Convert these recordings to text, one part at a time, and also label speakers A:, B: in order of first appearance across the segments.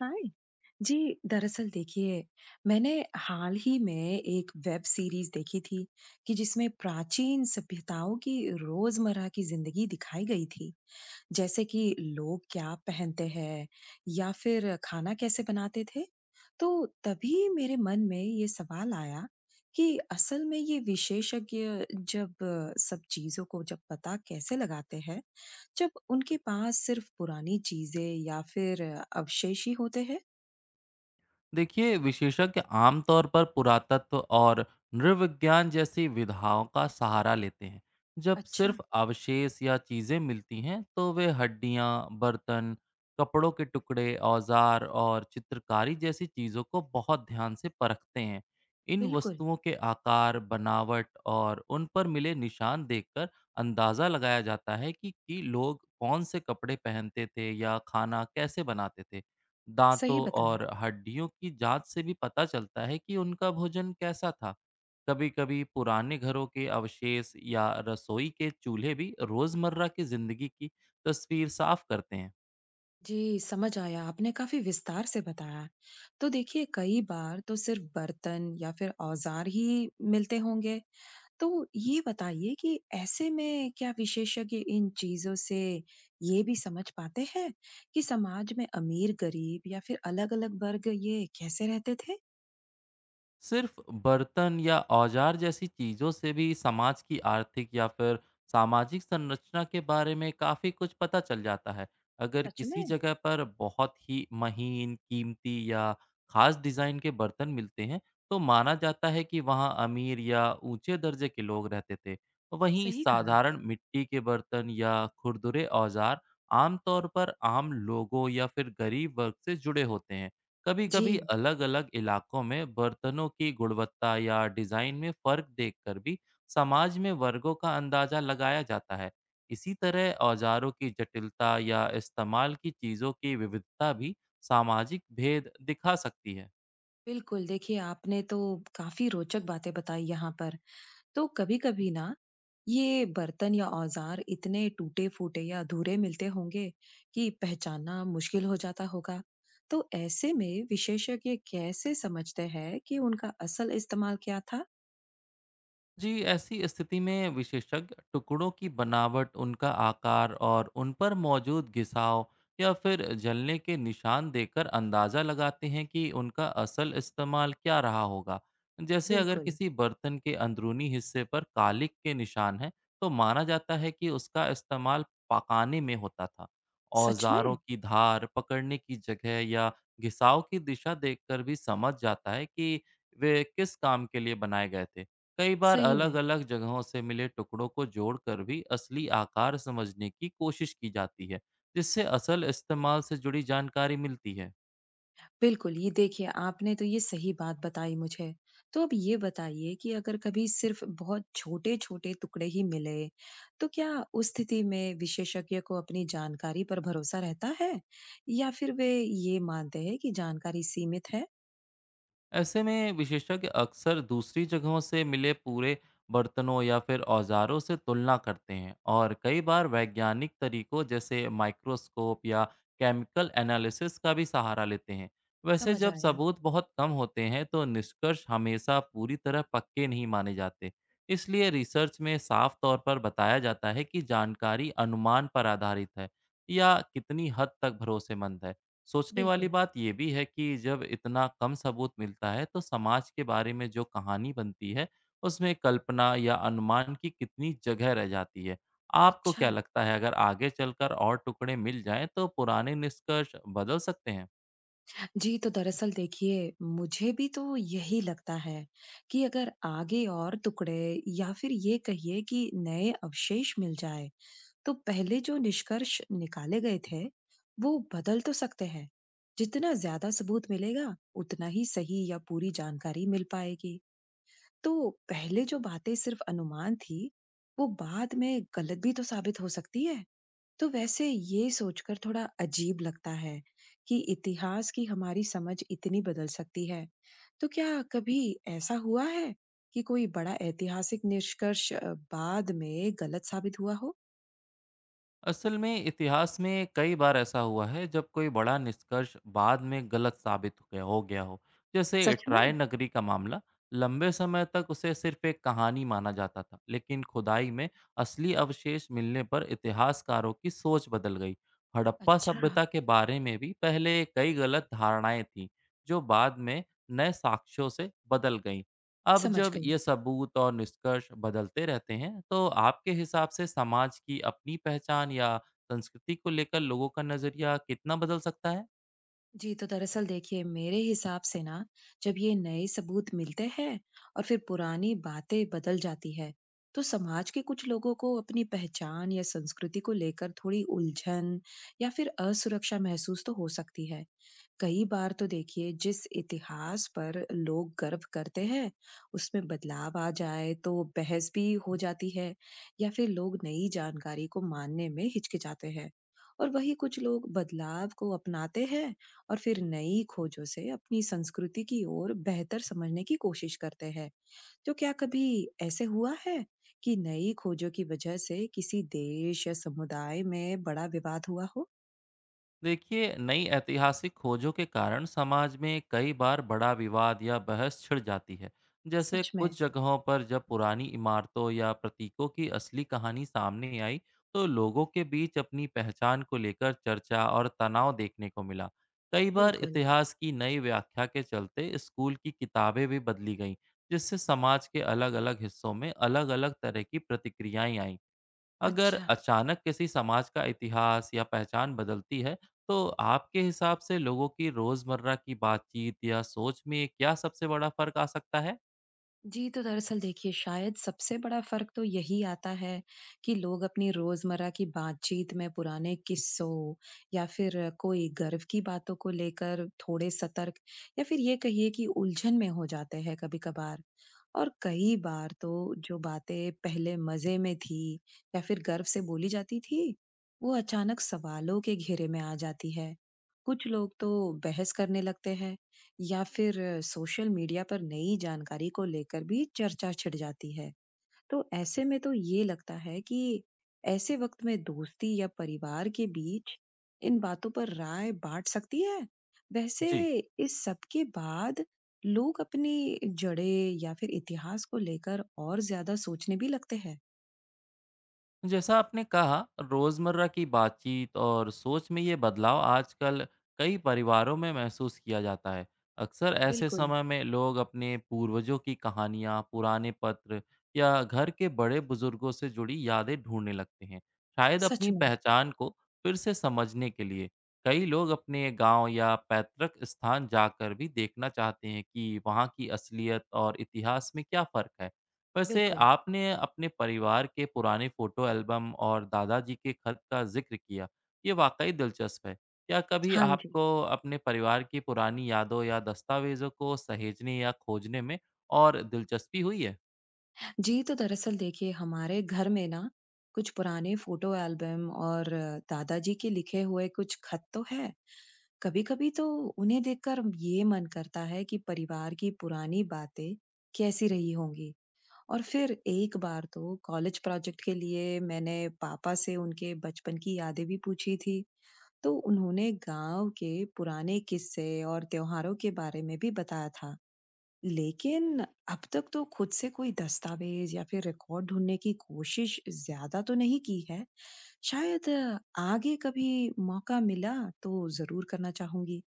A: हाय! जी, दरअसल देखिए, मैंने हाल ही में एक वेब सीरीज़ देखी थी कि जिसमें प्राचीन सभ्यताओं की रोज़मर्रा की ज़िंदगी दिखाई गई थी। जैसे कि लोग क्या पहनते हैं या फिर खाना कैसे बनाते थे। तो तभी मेरे मन में ये सवाल आया कि असल में ये विशेषज्ञ जब सब चीज़ों को जब पता कैसे लगाते हैं, जब उनके पास सिर्फ पुरानी चीजें या फिर अवशेष ही होते हैं।
B: देखिए, विशेषज्ञ आमतौर पर पुरातत्व और नृविज्ञान जैसी विधाओं का सहारा लेते हैं। जब
A: अच्छा।
B: सिर्फ अवशेष या चीजें मिलती हैं तो वे हड्डियां, बर्तन, कपड़ों के टुकड़े, औजार और चित्रकारी जैसी चीजों को बहुत ध्यान से परखते हैं। इन
A: बिल्कुल।
B: वस्तुओं के आकार, बनावट और उन पर मिले निशान देखकर अंदाजा लगाया जाता है कि लोग कौन से कपड़े पहनते थे या खाना कैसे बनाते थे। दांतों
A: सही बताया।
B: और हड्डियों की जांच से भी पता चलता है कि उनका भोजन कैसा था। कभी-कभी पुराने घरों के अवशेष या रसोई के चूल्हे भी रोजमर्रा की जिंदगी की तस्वीर साफ करते हैं।
A: जी, समझ आया, आपने काफी विस्तार से बताया। तो देखिए, कई बार तो सिर्फ बर्तन या फिर औजार ही मिलते होंगे। तो ये बताइए कि ऐसे में क्या विशेषज्ञ इन चीजों से ये भी समझ पाते हैं कि समाज में अमीर गरीब या फिर अलग-अलग वर्ग ये कैसे रहते थे।
B: सिर्फ बर्तन या औजार जैसी चीजों से भी समाज की आर्थिक या फिर सामाजिक संरचना के बारे में काफी कुछ पता चल जाता है। अगर
A: सच
B: किसी
A: में।
B: जगह पर बहुत ही महीन, कीमती या खास डिजाइन के बर्तन मिलते हैं, तो माना जाता है कि वहाँ अमीर या ऊंचे दर्जे के लोग रहते थे। वहीं
A: सही कहा।
B: साधारण मिट्टी के बर्तन या खुरदुरे औजार आमतौर पर आम लोगों या फिर गरीब वर्ग से जुड़े होते हैं। कभी-कभी
A: जी।
B: अलग-अलग इलाकों में बर्तनों की गुणवत्ता या डिजाइन में फर्क देखकर भी समाज में वर्गों का अंदाजा लगाया जाता है। इसी तरह औजारों की जटिलता या इस्तेमाल की चीजों की विविधता भी सामाजिक भेद दिखा सकती है।
A: बिल्कुल, देखिए आपने तो काफ़ी रोचक बातें बताई यहाँ पर। तो कभी-कभी ना, ये बर्तन या औज़ार इतने टूटे-फूटे या अधूरे मिलते होंगे कि पहचानना मुश्किल हो जाता होगा। तो ऐसे में विशेषज्ञ कैसे समझते हैं कि उनका असल इस्तेमाल क्या था?
B: जी, ऐसी स्थिति में विशेषज्ञ टुकड़ों की बनावट, उनका आकार और उन पर मौजूद घिसाव या फिर जलने के निशान देखकर अंदाज़ा लगाते हैं कि उनका असल इस्तेमाल क्या रहा होगा। जैसे अगर
A: बिल्कुल।
B: किसी बर्तन के अंदरूनी हिस्से पर कालिक के निशान हैं, तो माना जाता है कि उसका इस्तेमाल पकाने में होता था।
A: सच में?
B: औजारों की धार पकड़ने की जगह या घिसाव की दिशा देखकर भी समझ जाता है कि वे किस काम के लिए बनाए गए थे। कई बार
A: सही में?
B: अलग-अलग जगहों से मिले टुकड़ों को जोड़कर भी असली आकार समझने की कोशिश की जाती है, जिससे असल इस्तेमाल से जुड़ी जानकारी मिलती है।
A: बिल्कुल, ये देखिए आपने तो ये सही बात बताई मुझे। तो अब ये बताइए कि अगर कभी सिर्फ़ बहुत छोटे-छोटे टुकड़े ही मिले, तो क्या उस स्थिति में विशेषज्ञ को अपनी जानकारी पर भरोसा रहता है? या फिर वे ये मानते हैं कि जानकारी सीमित है?
B: ऐसे में विशेषज्ञ अक्सर दूसरी जगहों से मिले पूरे बर्तनों या फिर औजारों से तुलना करते हैं, और कई बार वैज्ञानिक तरीकों जैसे माइक्रोस्कोप या केमिकल एनालिसिस का भी सहारा लेते हैं। वैसे
A: समझ
B: जब
A: आया।
B: सबूत बहुत कम होते हैं तो निष्कर्ष हमेशा पूरी तरह पक्के नहीं माने जाते। इसलिए रिसर्च में साफ तौर पर बताया जाता है कि जानकारी अनुमान पर आधारित है या कितनी हद तक भरोसेमंद है। सोचने वाली
A: बिल्कुल।
B: बात ये भी है कि जब इतना कम सबूत मिलता है तो समाज के बारे में जो कहानी बनती है, उसमें कल्पना या अनुमान की कितनी जगह रह जाती है। आपको
A: अच्छा,
B: क्या लगता है, अगर आगे चलकर और टुकड़े मिल जाएं तो पुराने निष्कर्ष बदल सकते हैं?
A: जी तो दरअसल देखिए मुझे भी तो यही लगता है कि अगर आगे और टुकड़े या फिर ये कहिए कि नए अवशेष मिल जाए, तो पहले जो निष्कर्ष निकाले गए थे वो बदल तो सकते हैं। जितना ज्यादा सबूत मिलेगा उतना ही सही या पूरी जानकारी मिल पाएगी। तो पहले जो बातें सिर्फ अनुमान थी, वो बाद में गलत भी तो साबित हो सकती है। तो वैसे ये सोचकर थोड़ा अजीब लगता है कि इतिहास की हमारी समझ इतनी बदल सकती है। तो क्या कभी ऐसा हुआ है कि कोई बड़ा ऐतिहासिक निष्कर्ष बाद में गलत साबित हुआ हो।
B: असल में इतिहास में कई बार ऐसा हुआ है जब कोई बड़ा निष्कर्ष बाद में गलत साबित हो गया हो। जैसे
A: सच में।
B: ट्राय नगरी का मामला। लंबे समय तक उसे सिर्फ एक कहानी माना जाता था, लेकिन खुदाई में असली अवशेष मिलने पर इतिहासकारों की सोच बदल गई। हड़प्पा
A: अच्छा।
B: सभ्यता के बारे में भी पहले कई गलत धारणाएं थीं, जो बाद में नए साक्ष्यों से बदल गईं। अब
A: समझ
B: जब
A: गई।
B: ये सबूत और निष्कर्ष बदलते रहते हैं, तो आपके हिसाब से समाज की अपनी पहचान या संस्कृति को लेकर लोगों का नज़रिया कितना बदल सकता है?
A: जी, तो दरअसल देखिए मेरे हिसाब से ना, जब ये नए सबूत मिलते हैं और फिर पुरानी बातें बदल जाती है, तो समाज के कुछ लोगों को अपनी पहचान या संस्कृति को लेकर थोड़ी उलझन या फिर असुरक्षा महसूस तो हो सकती है। कई बार तो देखिए जिस इतिहास पर लोग गर्व करते हैं, उसमें बदलाव आ जाए तो बहस भी हो जाती है या फिर लोग नई जानकारी को मानने में हिचकिचाते हैं। और वही कुछ लोग बदलाव को अपनाते हैं और फिर नई खोजों से अपनी संस्कृति की ओर बेहतर समझने की कोशिश करते हैं। तो क्या कभी ऐसे हुआ है कि नई खोजों की वजह से किसी देश या समुदाय में बड़ा विवाद हुआ हो।
B: देखिए, नई ऐतिहासिक खोजों के कारण समाज में कई बार बड़ा विवाद या बहस छिड़ जाती है। जैसे
A: सच में।
B: कुछ जगहों पर जब पुरानी इमारतों या प्रतीकों की असली कहानी सामने आई, तो लोगों के बीच अपनी पहचान को लेकर चर्चा और तनाव देखने को मिला। कई बार
A: बिल्कुल।
B: इतिहास की नई व्याख्या के चलते स्कूल की किताबें भी बदली गईं, जिससे समाज के अलग-अलग हिस्सों में अलग-अलग तरह की प्रतिक्रियाएं आईं। अगर
A: अच्छा।
B: अचानक किसी समाज का इतिहास या पहचान बदलती है, तो आपके हिसाब से लोगों की रोजमर्रा की बातचीत या सोच में क्या सबसे बड़ा फर्क आ सकता है?
A: जी, तो दरअसल देखिए शायद सबसे बड़ा फर्क तो यही आता है कि लोग अपनी रोजमर्रा की बातचीत में पुराने किस्सों या फिर कोई गर्व की बातों को लेकर थोड़े सतर्क या फिर ये कहिए कि उलझन में हो जाते हैं कभी कभार। और कई बार तो जो बातें पहले मज़े में थी या फिर गर्व से बोली जाती थी, वो अचानक सवालों के घेरे में आ जाती है। कुछ लोग तो बहस करने लगते हैं या फिर सोशल मीडिया पर नई जानकारी को लेकर भी चर्चा छिड़ जाती है। तो ऐसे में तो ये लगता है कि ऐसे वक्त में दोस्ती या परिवार के बीच इन बातों पर राय बांट सकती है। वैसे
B: जी,
A: इस सब के बाद लोग अपनी जड़े या फिर इतिहास को लेकर और ज्यादा सोचने भी लगते हैं।
B: जैसा आपने कहा, रोज़मर्रा की बातचीत और सोच में ये बदलाव आजकल कई परिवारों में महसूस किया जाता है। अक्सर ऐसे
A: बिल्कुल।
B: समय में लोग अपने पूर्वजों की कहानियाँ, पुराने पत्र या घर के बड़े बुजुर्गों से जुड़ी यादें ढूँढने लगते हैं, शायद
A: सच
B: अपनी
A: में।
B: पहचान को फिर से समझने के लिए। कई लोग अपने गांव या पैतृक स्थान जाकर भी देखना चाहते हैं कि वहाँ की असलियत और इतिहास में क्या फ़र्क है। वैसे
A: बिल्कुल।
B: आपने अपने परिवार के पुराने फोटो एल्बम और दादाजी के खत का जिक्र किया। ये वाकई दिलचस्प है। क्या कभी
A: हाँ जी।
B: आपको अपने परिवार की पुरानी यादों या दस्तावेज़ों को सहेजने या खोजने में और दिलचस्पी हुई है?
A: जी, तो दरअसल देखिए हमारे घर में ना, कुछ पुराने फोटो एल्बम और दादाजी के लिखे हुए कुछ खत तो है। कभी-कभी तो उन्हें देखकर ये मन करता है कि परिवार की पुरानी बातें कैसी रही होंगी। और फिर एक बार तो कॉलेज प्रोजेक्ट के लिए मैंने पापा से उनके बचपन की यादें भी पूछी थी। तो उन्होंने गांव के पुराने किस्से और त्योहारों के बारे में भी बताया था। लेकिन अब तक तो खुद से कोई दस्तावेज या फिर रिकॉर्ड ढूंढने की कोशिश ज्यादा तो नहीं की है। शायद आगे कभी मौका मिला तो जरूर करना चाहूंगी।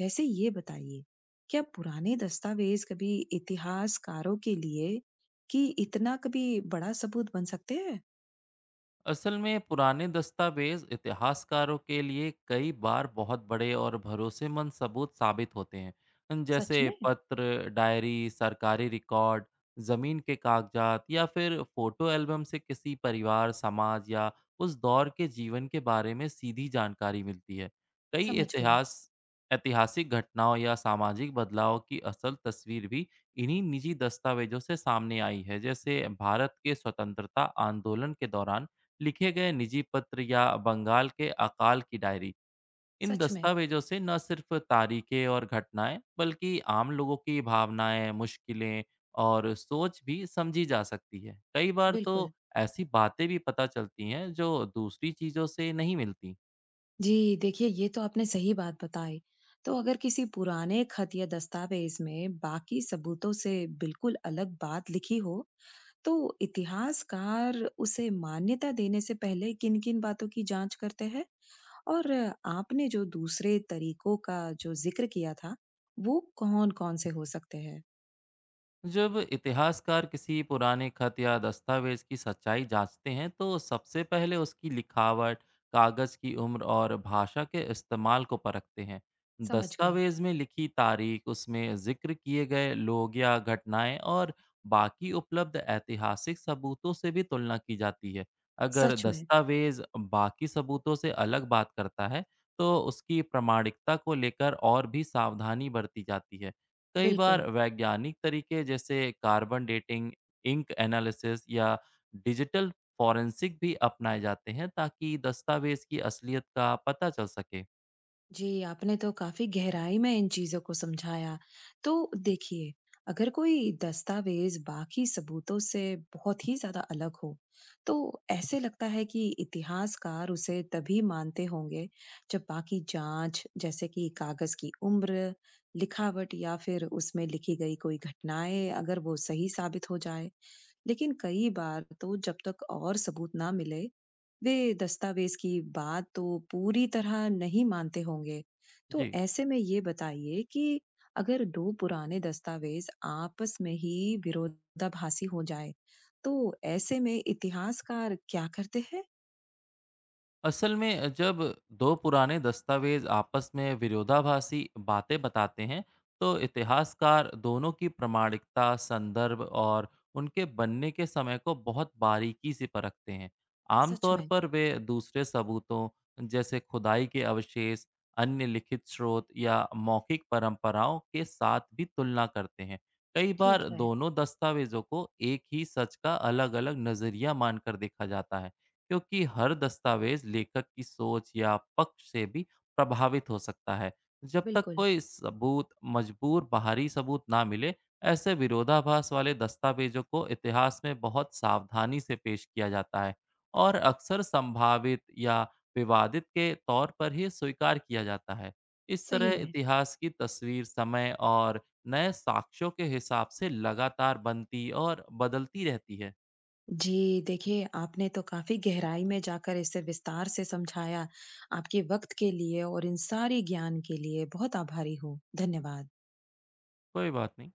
A: वैसे ये बताइए, क्या पुराने दस्तावेज कभी इतिहासकारों के लिए कि इतना कभी बड़ा सबूत बन सकते हैं?
B: असल में पुराने दस्तावेज इतिहासकारों के लिए कई बार बहुत बड़े और भरोसेमंद सबूत साबित होते हैं। अन
A: सच
B: जैसे
A: में?
B: पत्र, डायरी, सरकारी रिकॉर्ड, जमीन के कागजात या फिर फोटो एल्बम से किसी परिवार, समाज या उस दौर के जीवन के बारे में सीधी जानकारी मिलती है। कई
A: समझ गई।
B: इतिहास ऐतिहासिक घटनाओं या सामाजिक बदलाव की असल तस्वीर भी इन्हीं निजी दस्तावेजों से सामने आई है। जैसे भारत के स्वतंत्रता आंदोलन के दौरान लिखे गए निजी पत्र या बंगाल के अकाल की डायरी। इन
A: सच में।
B: दस्तावेजों से न सिर्फ तारीखें और घटनाएं, बल्कि आम लोगों की भावनाएं, मुश्किलें और सोच भी समझी जा सकती है। कई बार तो
A: बिल्कुल।
B: ऐसी बातें भी पता चलती हैं जो दूसरी चीज़ों से नहीं मिलती।
A: जी, देखिए ये तो आपने सही बात बताई। तो अगर किसी पुराने खत या दस्तावेज में बाकी सबूतों से बिल्कुल अलग बात लिखी हो, तो इतिहासकार उसे मान्यता देने से पहले किन-किन बातों की जांच करते हैं? और आपने जो दूसरे तरीकों का जो जिक्र किया था, वो कौन-कौन से हो सकते हैं?
B: जब इतिहासकार किसी पुराने खत या दस्तावेज की सच्चाई जांचते हैं तो सबसे पहले उसकी लिखावट, कागज की उम्र और भाषा के इस्तेमाल को परखते हैं।
A: समझ गई।
B: दस्तावेज में लिखी तारीख, उसमें जिक्र किए गए लोग या घटनाएं और बाकी उपलब्ध ऐतिहासिक सबूतों से भी तुलना की जाती है। अगर
A: सच में।
B: दस्तावेज बाकी सबूतों से अलग बात करता है, तो उसकी प्रामाणिकता को लेकर और भी सावधानी बरती जाती है। कई बार
A: बिल्कुल।
B: वैज्ञानिक तरीके जैसे कार्बन डेटिंग, इंक एनालिसिस या डिजिटल फॉरेंसिक भी अपनाए जाते हैं, ताकि दस्तावेज की असलियत का पता चल सके।
A: जी, आपने तो काफ़ी गहराई में इन चीज़ों को समझाया। तो देखिए, अगर कोई दस्तावेज़ बाकी सबूतों से बहुत ही ज़्यादा अलग हो, तो ऐसे लगता है कि इतिहासकार उसे तभी मानते होंगे जब बाकी जाँच, जैसे कि कागज़ की उम्र, लिखावट या फिर उसमें लिखी गई कोई घटनाएँ, अगर वो सही साबित हो जाए। लेकिन कई बार तो जब तक और सबूत ना मिले, वे दस्तावेज की बात तो पूरी तरह नहीं मानते होंगे। तो
B: जी,
A: ऐसे में ये बताइए कि अगर दो पुराने दस्तावेज आपस में ही विरोधाभासी हो जाए तो ऐसे में इतिहासकार क्या करते हैं।
B: असल में जब दो पुराने दस्तावेज आपस में विरोधाभासी बातें बताते हैं, तो इतिहासकार दोनों की प्रामाणिकता, संदर्भ और उनके बनने के समय को बहुत बारीकी से परखते हैं।
A: सच
B: आमतौर
A: में।
B: पर वे दूसरे सबूतों, जैसे खुदाई के अवशेष, अन्य लिखित स्रोत या मौखिक परंपराओं के साथ भी तुलना करते हैं। कई
A: ठीक
B: बार
A: है।
B: दोनों दस्तावेजों को एक ही सच का अलग-अलग नजरिया मानकर देखा जाता है, क्योंकि हर दस्तावेज लेखक की सोच या पक्ष से भी प्रभावित हो सकता है। जब तक
A: बिल्कुल।
B: कोई सबूत मजबूर बाहरी सबूत ना मिले, ऐसे विरोधाभास वाले दस्तावेजों को इतिहास में बहुत सावधानी से पेश किया जाता है और अक्सर संभावित या विवादित के तौर पर ही स्वीकार किया जाता है। इस
A: सही
B: तरह
A: में।
B: इतिहास की तस्वीर समय और नए साक्ष्यों के हिसाब से लगातार बनती और बदलती रहती है।
A: जी, देखिए आपने तो काफ़ी गहराई में जाकर इसे विस्तार से समझाया। आपके वक़्त के लिए और इन सारे ज्ञान के लिए बहुत आभारी हूँ। धन्यवाद।
B: कोई बात नहीं।